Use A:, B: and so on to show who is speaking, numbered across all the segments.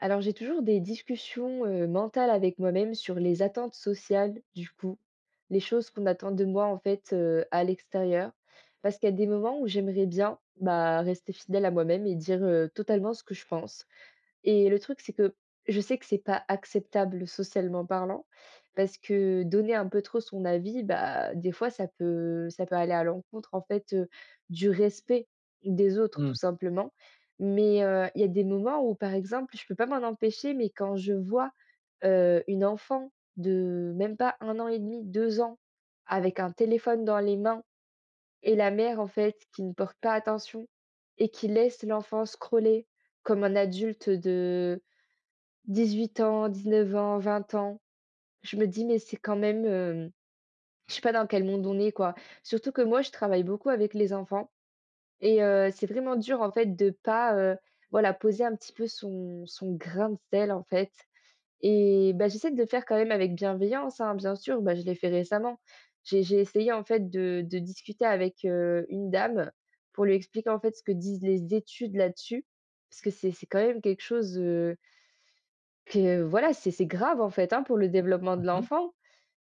A: Alors, j'ai toujours des discussions, mentales avec moi-même sur les attentes sociales, du coup. Les choses qu'on attend de moi, en fait, à l'extérieur. Parce qu'il y a des moments où j'aimerais bien, bah, rester fidèle à moi-même et dire, totalement ce que je pense. Et le truc, c'est que je sais que c'est pas acceptable socialement parlant, parce que donner un peu trop son avis, bah, des fois, ça peut aller à l'encontre, en fait, du respect des autres, tout
B: Mmh.
A: simplement. Mais, il y a des moments où, par exemple, je peux pas m'en empêcher, mais quand je vois, une enfant de même pas un an et demi, 2 ans, avec un téléphone dans les mains et la mère, en fait, qui ne porte pas attention et qui laisse l'enfant scroller comme un adulte de 18 ans, 19 ans, 20 ans. Je me dis: «Mais c'est quand même, hem» je sais pas dans quel monde on est, quoi. Surtout que moi, je travaille beaucoup avec les enfants et c'est vraiment dur, en fait, de pas, voilà, poser un petit peu son grain de sel, en fait et bah, j'essaie de le faire quand même avec bienveillance, hein, bien sûr. Bah, je l'ai fait récemment. J'ai essayé, en fait, de discuter avec, une dame pour lui expliquer, en fait, ce que disent les études là-dessus parce que c'est quand même quelque chose, que voilà, c'est grave en fait, hein, pour le développement de
B: Mmh mh.
A: l'enfant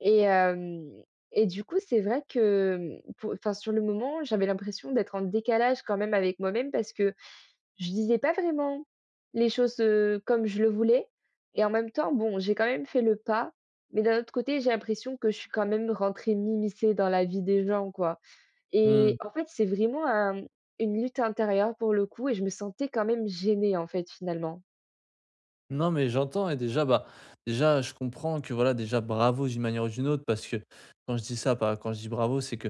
A: et hem et du coup, c'est vrai que, pour enfin, sur le moment, j'avais l'impression d'être en décalage quand même avec moi-même parce que je disais pas vraiment les choses, comme je le voulais et en même temps, bon, j'ai quand même fait le pas, mais d'un autre côté, j'ai l'impression que je suis quand même rentrée m'immiscer dans la vie des gens, quoi et
B: Mmh.
A: en fait, c'est vraiment un une lutte intérieure pour le coup et je me sentais quand même gênée, en fait, finalement.
B: Non, mais j'entends et déjà, bah, déjà, je comprends que voilà, déjà, bravo d'une manière ou d'une autre, parce que quand je dis ça, pas quand je dis bravo, c'est que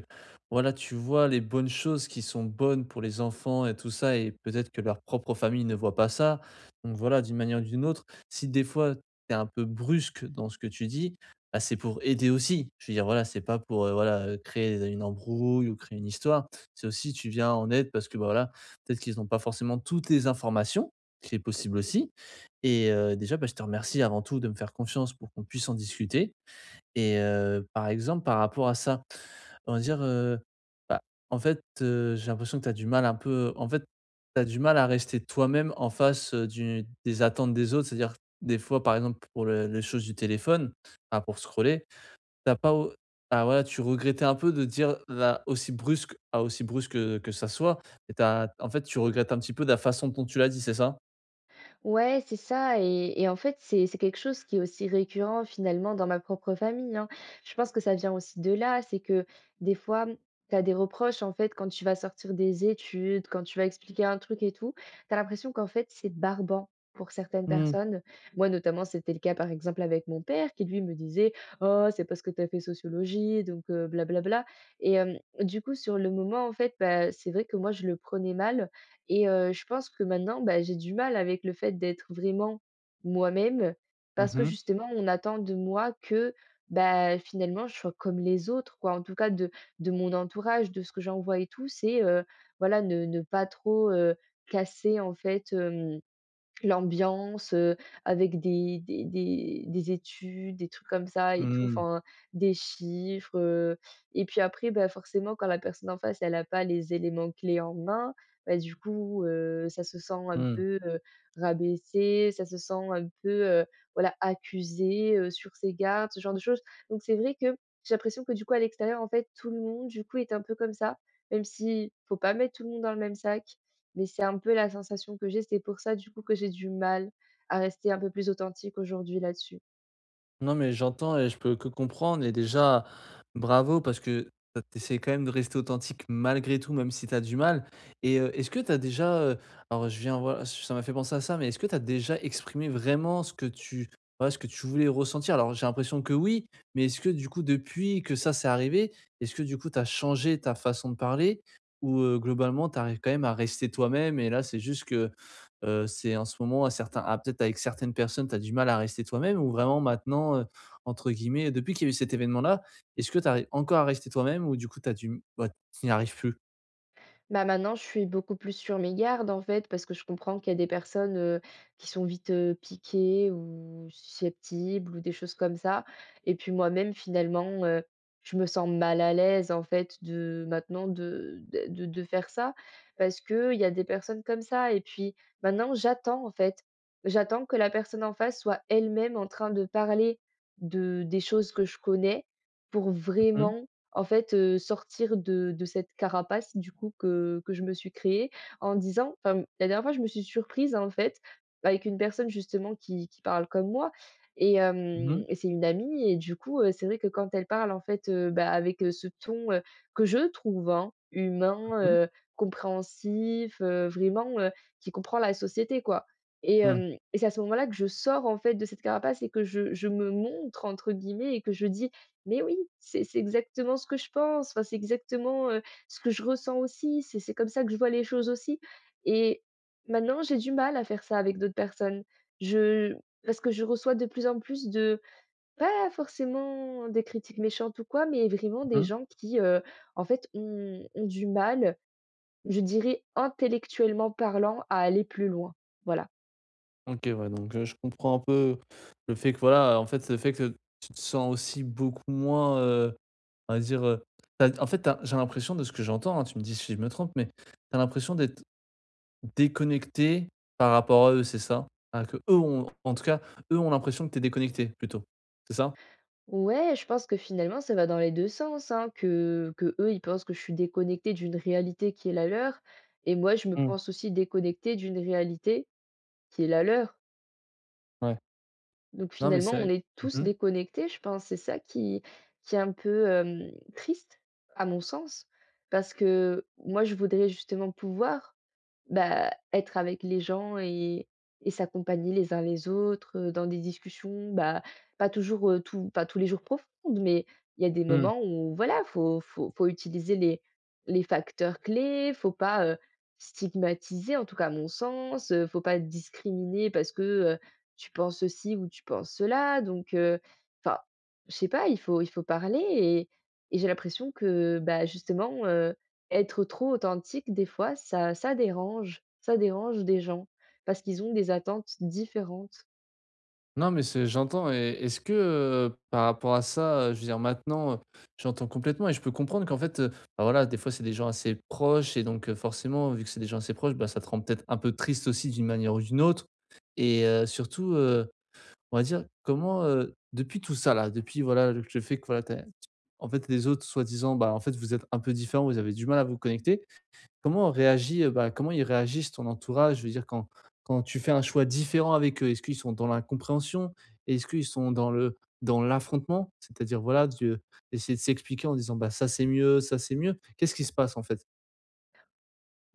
B: voilà, tu vois les bonnes choses qui sont bonnes pour les enfants et tout ça, et peut-être que leur propre famille ne voit pas ça. Donc voilà, d'une manière ou d'une autre, si des fois tu es un peu brusque dans ce que tu dis, bah, c'est pour aider aussi. Je veux dire, voilà, c'est pas pour voilà créer une embrouille ou créer une histoire. C'est aussi tu viens en aide parce que bah, voilà, peut-être qu'ils n'ont pas forcément toutes les informations, ce qui est possible aussi et déjà, bah, je te remercie avant tout de me faire confiance pour qu'on puisse en discuter et par exemple, par rapport à ça, on va dire, bah, en fait, j'ai l'impression que tu as du mal un peu en fait, tu as du mal à rester toi-même en face, du des attentes des autres. C'est-à-dire, des fois, par exemple, pour le les choses du téléphone, ah pour scroller, t'as pas au bah, voilà, tu regrettais un peu de dire là aussi brusque à aussi brusque que ça soit et tu regrettes un petit peu de la façon dont tu l'as dit, c'est ça?
A: Ouais, c'est ça et en fait, c'est quelque chose qui est aussi récurrent finalement dans ma propre famille, hein. Je pense que ça vient aussi de là, c'est que des fois, tu as des reproches en fait quand tu vas sortir des études, quand tu vas expliquer un truc et tout, tu as l'impression qu'en fait, c'est barbant pour certaines
B: Mmh.
A: personnes. Moi notamment, c'était le cas par exemple avec mon père qui lui me disait: «Oh, c'est parce que tu as fait sociologie donc bla du coup sur le moment en fait, bah, c'est vrai que moi je le prenais mal et je pense que maintenant, bah, j'ai du mal avec le fait d'être vraiment moi-même
B: Mmh
A: parce que
B: mh.
A: justement on attend de moi que, bah, finalement je sois comme les autres quoi. En tout cas de mon entourage, de ce que j'en vois et tout, c'est, voilà ne pas trop, casser en fait, hem l'ambiance, avec des études, des trucs comme ça et tout,
B: Mmh.
A: enfin des chiffres, et puis après, bah, forcément quand la personne en face, elle a pas les éléments clés en main, bah, du coup, ça se sent un
B: Mmh.
A: peu, rabaissé, ça se sent un peu, voilà, accusé, sur ses gardes, ce genre de choses. Donc c'est vrai que j'ai l'impression que du coup à l'extérieur, en fait, tout le monde, du coup, est un peu comme ça, même si faut pas mettre tout le monde dans le même sac. Mais c'est un peu la sensation que j'ai, c'est pour ça du coup que j'ai du mal à rester un peu plus authentique aujourd'hui là-dessus.
B: Non, mais j'entends et je peux que comprendre et déjà, bravo parce que tu as essaies quand même de rester authentique malgré tout, même si tu as du mal et est-ce que tu as déjà, alors je viens voilà, ça m'a fait penser à ça, mais est-ce que tu as déjà exprimé vraiment ce que tu voilà, ce que tu voulais ressentir? Alors j'ai l'impression que oui, mais est-ce que du coup depuis que ça c'est arrivé, est-ce que du coup tu as changé ta façon de parler? Ou, globalement tu arrives quand même à rester toi-même et là c'est juste que c'est en ce moment à certains ah peut-être avec certaines personnes, tu as du mal à rester toi-même ou vraiment maintenant, entre guillemets, depuis qu'il y a eu cet événement-là, est-ce que tu arrives encore à rester toi-même ou du coup t'as du bah, tu n'y arrives plus?
A: Bah, maintenant, je suis beaucoup plus sur mes gardes, en fait, parce que je comprends qu'il y a des personnes, qui sont vite, piquées ou susceptibles ou des choses comme ça et puis moi-même, finalement, je me sens mal à l'aise, en fait, de maintenant de faire ça parce que il y a des personnes comme ça et puis maintenant, j'attends, en fait. J'attends que la personne en face soit elle-même en train de parler de des choses que je connais pour
B: Mmh mh.
A: vraiment en fait, sortir de cette carapace du coup que je me suis créée en disant enfin, la dernière fois, je me suis surprise en fait avec une personne justement qui parle comme moi et c'est une amie et du coup, c'est vrai que quand elle parle en fait, bah, avec, ce ton, que je trouve, hein, humain,
B: Mmh mh.
A: compréhensif, vraiment, qui comprend la société quoi
B: Mmh,
A: et c'est à ce moment-là que je sors en fait de cette carapace et que je «me montre» entre guillemets et que je dis: mais oui, c'est exactement ce que je pense, enfin, c'est exactement, ce que je ressens aussi, c'est comme ça que je vois les choses aussi et maintenant j'ai du mal à faire ça avec d'autres personnes. Je Parce que je reçois de plus en plus de pas forcément des critiques méchantes ou quoi, mais vraiment des gens qui, en fait ont du mal je dirais intellectuellement parlant, à aller plus loin. Voilà.
B: OK, ouais, donc je comprends un peu le fait que voilà, en fait, le fait que tu te sens aussi beaucoup moins, on va dire, tu en fait, tu j'ai l'impression de ce que j'entends, hein, tu me dis si je me trompe, mais tu as l'impression d'être déconnecté par rapport à eux, c'est ça? Ah que eux ont en tout cas, eux ont l'impression que tu es déconnecté plutôt, c'est ça?
A: Ouais, je pense que finalement, ça va dans les deux sens, hein, que eux ils pensent que je suis déconnectée d'une réalité qui est la leur et moi, je me
B: Mmh,
A: pense aussi déconnectée d'une réalité qui est la leur.
B: ouais.
A: Donc
B: Non, mais
A: finalement,
B: c'est
A: on
B: vrai.
A: est tous
B: Mmh.
A: déconnectés, je pense. C'est ça qui est un peu, triste à mon sens, parce que moi, je voudrais justement pouvoir bah, être avec les gens et s'accompagner les uns les autres, dans des discussions, bah, pas toujours, tout pas tous les jours profondes, mais il y a des
B: Mmh.
A: moments où voilà, faut utiliser les facteurs clés, faut pas, stigmatiser, en tout cas à mon sens, faut pas discriminer parce que, tu penses ceci ou tu penses cela donc enfin, je sais pas, il faut parler et j'ai l'impression que, bah, justement, être trop authentique, des fois, ça dérange des gens parce qu'ils ont des attentes différentes.
B: Non, mais c'est j'entends et est-ce que, par rapport à ça, je veux dire maintenant, j'entends complètement et je peux comprendre qu'en fait, bah, voilà, des fois, c'est des gens assez proches et donc forcément, vu que c'est des gens assez proches, bah, ça te rend peut-être un peu triste aussi d'une manière ou d'une autre et surtout, on va dire comment, depuis tout ça là, depuis voilà le fait que voilà tu en fait les autres soi-disant, bah, en fait vous êtes un peu différents, vous avez du mal à vous connecter. Comment on réagit, bah, Comment ils réagissent ton entourage? Je veux dire quand tu fais un choix différent avec eux, est-ce qu'ils sont dans l'incompréhension? Est-ce qu'ils sont dans l'affrontement? C'est-à-dire voilà de d'essayer de s'expliquer en disant: «Bah ça c'est mieux, ça c'est mieux». Qu'est-ce qui se passe en fait?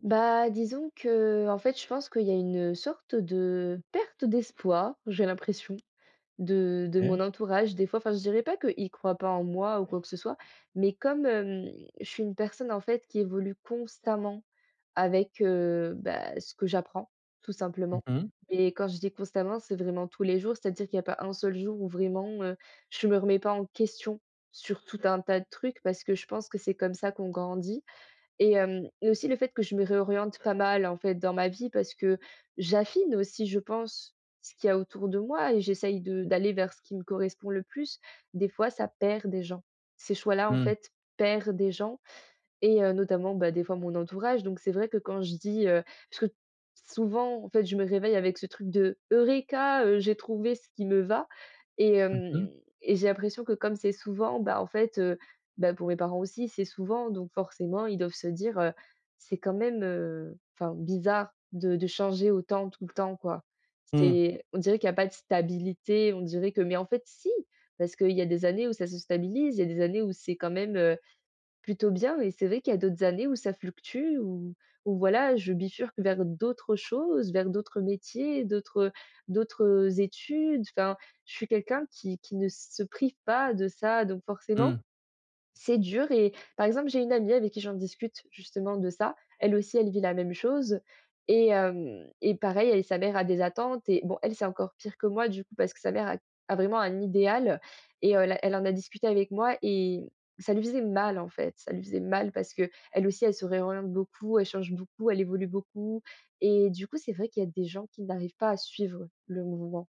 A: Bah, disons que en fait, je pense qu'il y a une sorte de perte d'espoir, j'ai l'impression. De mon
B: OK.
A: entourage, des fois, enfin, je dirais pas qu'ils croient pas en moi ou quoi que ce soit, mais comme, je suis une personne, en fait, qui évolue constamment avec, bah, ce que j'apprends, tout simplement.
B: Mmh mh.
A: Et quand je dis constamment, c'est vraiment tous les jours, c'est-à-dire qu'il y a pas un seul jour où vraiment, je me remets pas en question sur tout un tas de trucs parce que je pense que c'est comme ça qu'on grandit et aussi le fait que je me réoriente pas mal, en fait, dans ma vie parce que j'affine aussi, je pense, ce qu'il y a autour de moi et j'essaye de d'aller vers ce qui me correspond le plus. Des fois, ça perd des gens. Ces choix-là, en
B: Mmh
A: fait, perdent des gens et notamment, bah, des fois mon entourage, donc c'est vrai que quand je dis, parce que souvent, en fait, je me réveille avec ce truc de: «Eureka, j'ai trouvé ce qui me va» et hem
B: mh.
A: et j'ai l'impression que comme c'est souvent, bah, en fait, bah, pour mes parents aussi, c'est souvent, donc forcément, ils doivent se dire, «C'est quand même, enfin bizarre de changer autant tout le temps, quoi».
B: Mmh.
A: C'est on dirait qu'il y a pas de stabilité, on dirait que mais en fait si, parce qu'il y a des années où ça se stabilise, il y a des années où c'est quand même, plutôt bien et c'est vrai qu'il y a d'autres années où ça fluctue, où où voilà, je bifurque vers d'autres choses, vers d'autres métiers, d'autres études. Enfin, je suis quelqu'un qui ne se prive pas de ça, donc forcément,
B: Mmh.
A: c'est dur et par exemple, j'ai une amie avec qui j'en discute justement de ça. Elle aussi, elle vit la même chose et pareil, elle sa mère a des attentes et bon, elle, c'est encore pire que moi du coup parce que sa mère a vraiment un idéal et la elle en a discuté avec moi et ça lui faisait mal, en fait. Ça lui faisait mal parce que elle aussi, elle se réoriente beaucoup, elle change beaucoup, elle évolue beaucoup et du coup, c'est vrai qu'il y a des gens qui n'arrivent pas à suivre le mouvement.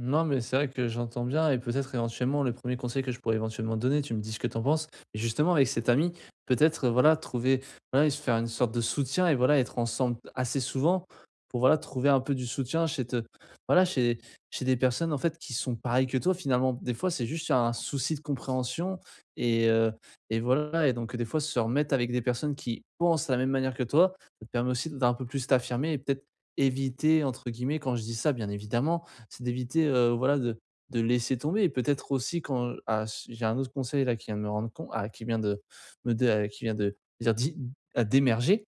B: Non, mais c'est vrai que j'entends bien et peut-être éventuellement le premier conseil que je pourrais éventuellement donner, tu me dis ce que t'en penses, mais justement avec cet ami, peut-être, voilà trouver voilà et se faire une sorte de soutien et voilà être ensemble assez souvent pour voilà trouver un peu du soutien chez te voilà chez chez des personnes en fait qui sont pareilles que toi finalement. Des fois c'est juste un souci de compréhension et heu et voilà et donc des fois se remettre avec des personnes qui pensent de la même manière que toi, ça te permet aussi d'un peu plus t'affirmer et peut-être éviter entre guillemets quand je dis ça bien évidemment, c'est d'éviter, voilà, de laisser tomber et peut-être aussi quand, ah, j'ai un autre conseil là qui vient de dire d'i ah, d'émerger,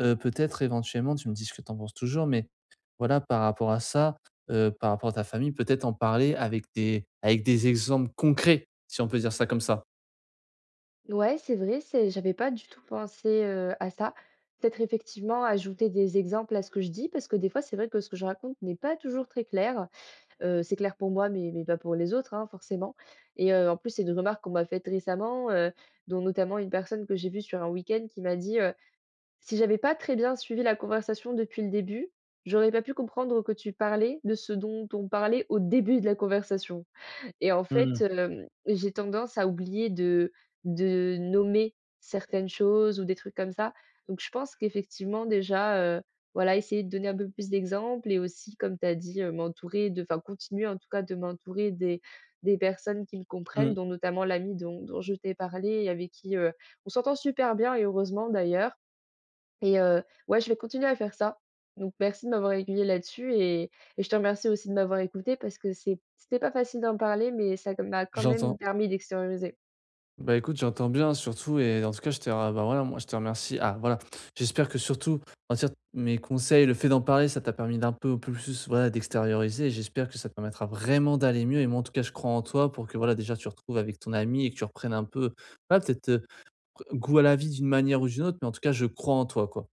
B: peut-être éventuellement, tu me dis ce que tu en penses toujours, mais voilà, par rapport à ça, par rapport à ta famille, peut-être en parler avec des exemples concrets, si on peut dire ça comme ça.
A: Ouais, c'est vrai, c'est j'avais pas du tout pensé, à ça. Peut-être effectivement ajouter des exemples à ce que je dis, parce que des fois, c'est vrai que ce que je raconte n'est pas toujours très clair. C'est clair pour moi, mais pas pour les autres, hein, forcément et en plus, c'est une remarque qu'on m'a faite récemment, dont notamment une personne que j'ai vue sur un week-end qui m'a dit, «Si j'avais pas très bien suivi la conversation depuis le début, j'aurais pas pu comprendre que tu parlais de ce dont on parlait au début de la conversation». Et en fait,
B: Mmh,
A: j'ai tendance à oublier de nommer certaines choses ou des trucs comme ça. Donc je pense qu'effectivement déjà, voilà, essayer de donner un peu plus d'exemples et aussi comme tu as dit, m'entourer de enfin continuer en tout cas de m'entourer des personnes qui me comprennent,
B: mmh,
A: dont notamment l'ami dont je t'ai parlé et avec qui, on s'entend super bien et heureusement d'ailleurs. Et ouais, je vais continuer à faire ça. Donc merci de m'avoir aiguillée là-dessus et je te remercie aussi de m'avoir écoutée parce que c'était pas facile d'en parler, mais ça m'a quand même
B: j'entends.
A: permis d'extérioriser.
B: Bah, écoute, j'entends bien surtout et en tout cas, je te ra bah, voilà, moi, je te remercie. Ah, voilà, j'espère que surtout, en va mes conseils, le fait d'en parler, ça t'a permis d'un peu plus, voilà, d'extérioriser et j'espère que ça te permettra vraiment d'aller mieux et moi, en tout cas, je crois en toi pour que, voilà, déjà, tu retrouves avec ton ami et que tu reprennes un peu, voilà, peut-être, goût à la vie d'une manière ou d'une autre, mais en tout cas, je crois en toi, quoi.